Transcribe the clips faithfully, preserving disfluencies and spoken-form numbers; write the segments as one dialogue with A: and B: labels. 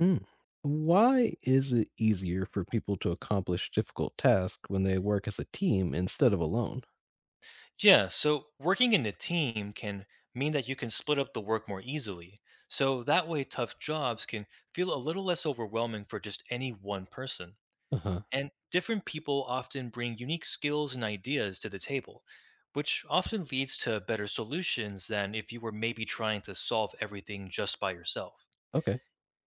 A: Mm. Why is it easier for people to accomplish difficult tasks when they work as a team instead of alone?
B: Yeah, so working in a team can mean that you can split up the work more easily. So that way, tough jobs can feel a little less overwhelming for just any one person.
A: Uh huh.
B: And different people often bring unique skills and ideas to the table, which often leads to better solutions than if you were maybe trying to solve everything just by yourself.
A: Okay.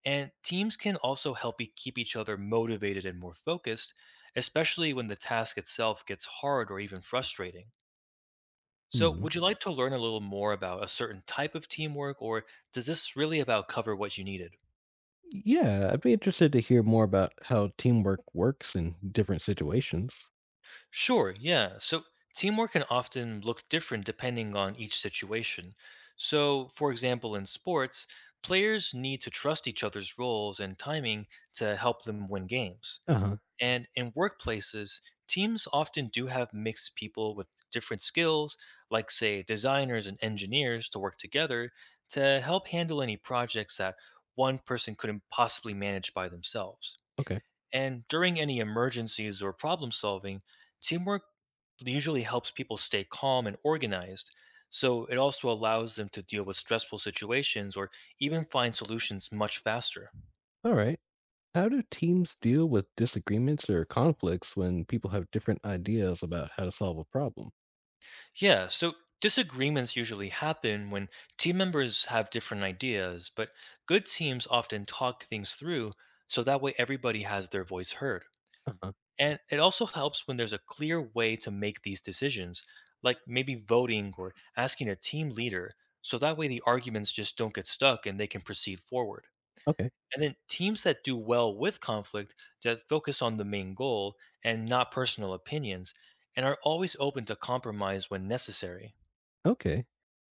B: And teams can also help e- keep each other motivated and more focused, especially when the task itself gets hard or even frustrating. So,
A: Hmm.
B: would you like to learn a little more about a certain type of teamwork, or does this really about cover what you needed?
A: Yeah, I'd be interested to hear more about how teamwork works in different situations.
B: Sure, yeah. So, teamwork can often look different depending on each situation. So, for example, in sports, players need to trust each other's roles and timing to help them win games.
A: Uh huh.
B: And in workplaces, teams often do have mixed people with different skills, like, say, designers and engineers, to work together to help handle any projects that one person couldn't possibly manage by themselves.
A: Okay.
B: And during any emergencies or problem solving, teamwork usually helps people stay calm and organized. So it also allows them to deal with stressful situations or even find solutions much faster.
A: All right. How do teams deal with disagreements or conflicts when people have different ideas about how to solve a problem?
B: Yeah, so disagreements usually happen when team members have different ideas, but good teams often talk things through so that way everybody has their voice heard.
A: Uh huh.
B: And it also helps when there's a clear way to make these decisions, like maybe voting or asking a team leader, so that way the arguments just don't get stuck and they can proceed forward.
A: Okay.
B: And then teams that do well with conflict that focus on the main goal and not personal opinions and are always open to compromise when necessary.
A: Okay.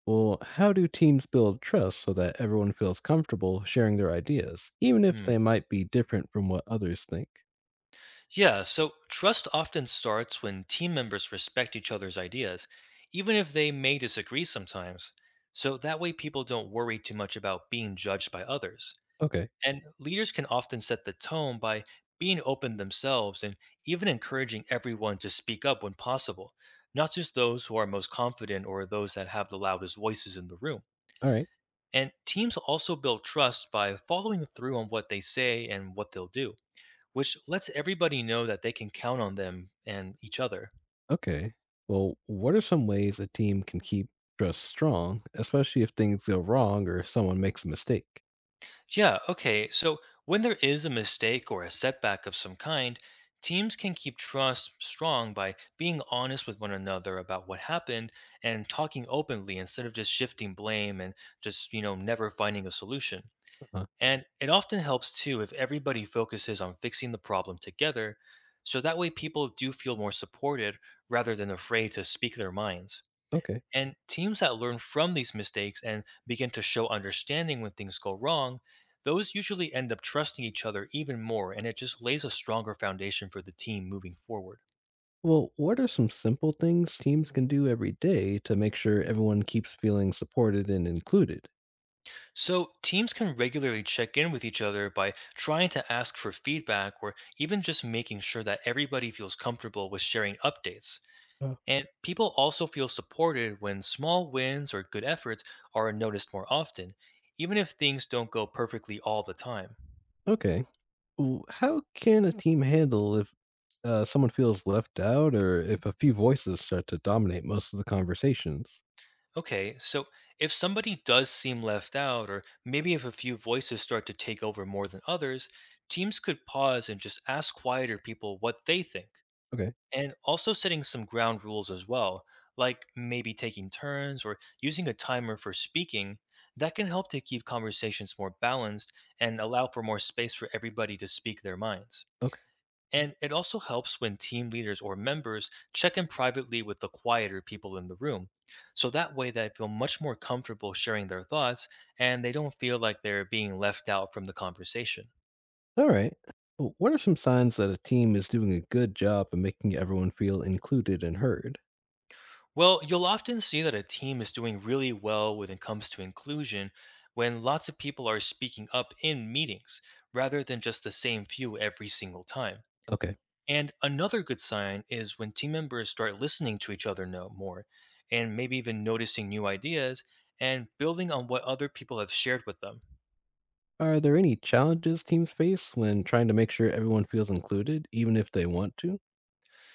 A: Well, how do teams build trust so that everyone feels comfortable sharing their ideas, even if
B: Hmm.
A: they might be different from what others think?
B: Yeah, so trust often starts when team members respect each other's ideas, even if they may disagree sometimes. So that way, people don't worry too much about being judged by others.
A: Okay.
B: And leaders can often set the tone by being open themselves and even encouraging everyone to speak up when possible, not just those who are most confident or those that have the loudest voices in the room.
A: All right.
B: And teams also build trust by following through on what they say and what they'll do, which lets everybody know that they can count on them and each other.
A: Okay. Well, what are some ways a team can keep trust strong, especially if things go wrong or someone makes a mistake?
B: Yeah, okay. So when there is a mistake or a setback of some kind, teams can keep trust strong by being honest with one another about what happened and talking openly instead of just shifting blame and just, you know, never finding a solution.
A: Uh-huh.
B: And it often helps too if everybody focuses on fixing the problem together. So that way people do feel more supported rather than afraid to speak their minds.
A: Okay.
B: And teams that learn from these mistakes and begin to show understanding when things go wrong, those usually end up trusting each other even more, and it just lays a stronger foundation for the team moving forward.
A: Well, what are some simple things teams can do every day to make sure everyone keeps feeling supported and included?
B: So, teams can regularly check in with each other by trying to ask for feedback or even just making sure that everybody feels comfortable with sharing updates.
A: Uh,
B: And people also feel supported when small wins or good efforts are noticed more often, even if things don't go perfectly all the time.
A: okay. W- how can a team handle if uh, someone feels left out or if a few voices start to dominate most of the conversations?
B: Okay, so if somebody does seem left out, or maybe if a few voices start to take over more than others, teams could pause and just ask quieter people what they think.
A: Okay.
B: And also setting some ground rules as well, like maybe taking turns or using a timer for speaking, that can help to keep conversations more balanced and allow for more space for everybody to speak their minds.
A: Okay.
B: And it also helps when team leaders or members check in privately with the quieter people in the room. So that way they feel much more comfortable sharing their thoughts and they don't feel like they're being left out from the conversation.
A: All right. W- What are some signs that a team is doing a good job of making everyone feel included and heard?
B: Well, you'll often see that a team is doing really well when it comes to inclusion when lots of people are speaking up in meetings rather than just the same few every single time.
A: Okay.
B: And another good sign is when team members start listening to each other no more and maybe even noticing new ideas and building on what other people have shared with them.
A: Are there any challenges teams face when trying to make sure everyone feels included, even if they want to?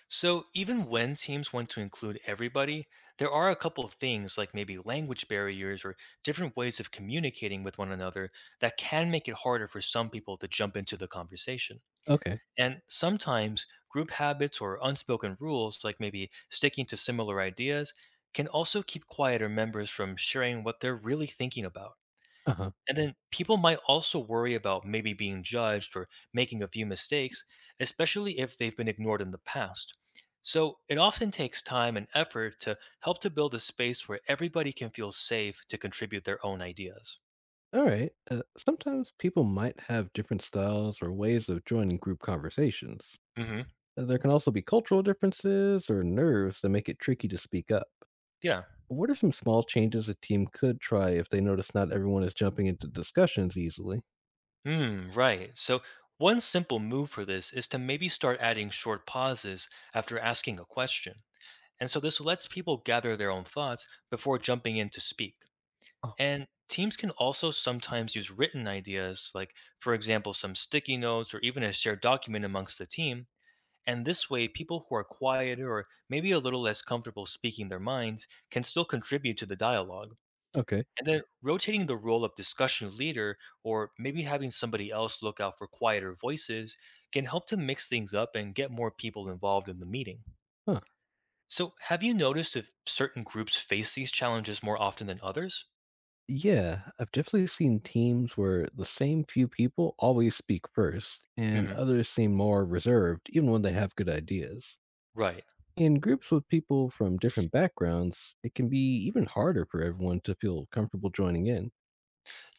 B: So even when teams want to include everybody, there are a couple of things like maybe language barriers or different ways of communicating with one another that can make it harder for some people to jump into the conversation.
A: Okay.
B: And sometimes group habits or unspoken rules, like maybe sticking to similar ideas, can also keep quieter members from sharing what they're really thinking about.
A: Uh huh.
B: And then people might also worry about maybe being judged or making a few mistakes, especially if they've been ignored in the past. So it often takes time and effort to help to build a space where everybody can feel safe to contribute their own ideas.
A: All right. Uh, sometimes people might have different styles or ways of joining group conversations.
B: Hmm.
A: Uh, There can also be cultural differences or nerves that make it tricky to speak up.
B: Yeah.
A: What are some small changes a team could try if they notice not everyone is jumping into discussions easily?
B: Hmm, right. So, one simple move for this is to maybe start adding short pauses after asking a question. And so, this lets people gather their own thoughts before jumping in to speak.
A: Oh.
B: And teams can also sometimes use written ideas, like, for example, some sticky notes or even a shared document amongst the team. And this way, people who are quieter or maybe a little less comfortable speaking their minds can still contribute to the dialogue.
A: Okay.
B: And then rotating the role of discussion leader or maybe having somebody else look out for quieter voices can help to mix things up and get more people involved in the meeting.
A: Huh.
B: So, have you noticed if certain groups face these challenges more often than others?
A: Yeah, I've definitely seen teams where the same few people always speak first, and
B: Hmm.
A: others seem more reserved, even when they have good ideas.
B: Right.
A: In groups with people from different backgrounds, it can be even harder for everyone to feel comfortable joining in.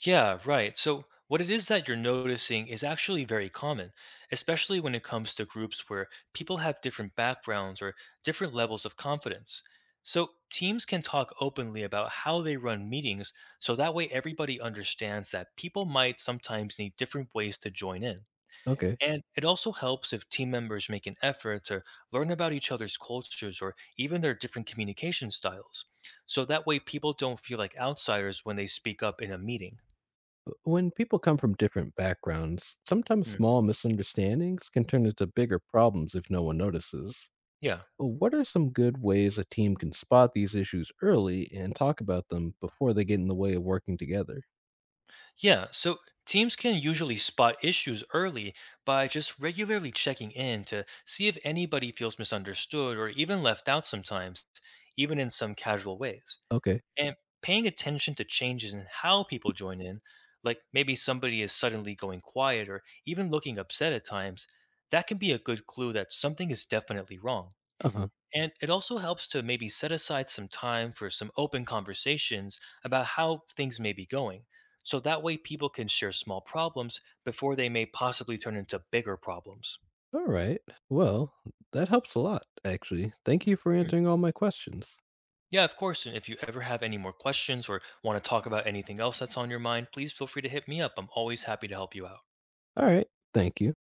B: Yeah, right. So, what it is that you're noticing is actually very common, especially when it comes to groups where people have different backgrounds or different levels of confidence. So, teams can talk openly about how they run meetings so that way everybody understands that people might sometimes need different ways to join in.
A: Okay.
B: And it also helps if team members make an effort to learn about each other's cultures or even their different communication styles. So that way people don't feel like outsiders when they speak up in a meeting.
A: But when people come from different backgrounds, sometimes small misunderstandings can turn into bigger problems if no one notices.
B: Yeah.
A: Uh, What are some good ways a team can spot these issues early and talk about them before they get in the way of working together?
B: Yeah. So teams can usually spot issues early by just regularly checking in to see if anybody feels misunderstood or even left out sometimes, even in some casual ways.
A: Okay.
B: And paying attention to changes in how people join in, like maybe somebody is suddenly going quiet or even looking upset at times, that can be a good clue that something is definitely wrong.
A: Uh huh.
B: And it also helps to maybe set aside some time for some open conversations about how things may be going. So that way, people can share small problems before they may possibly turn into bigger problems.
A: All right. Well, that helps a lot, actually. Thank you for
B: Mhm.
A: answering all my questions.
B: Yeah, of course. And if you ever have any more questions or want to talk about anything else that's on your mind, please feel free to hit me up. I'm always happy to help you out.
A: All right. Thank you.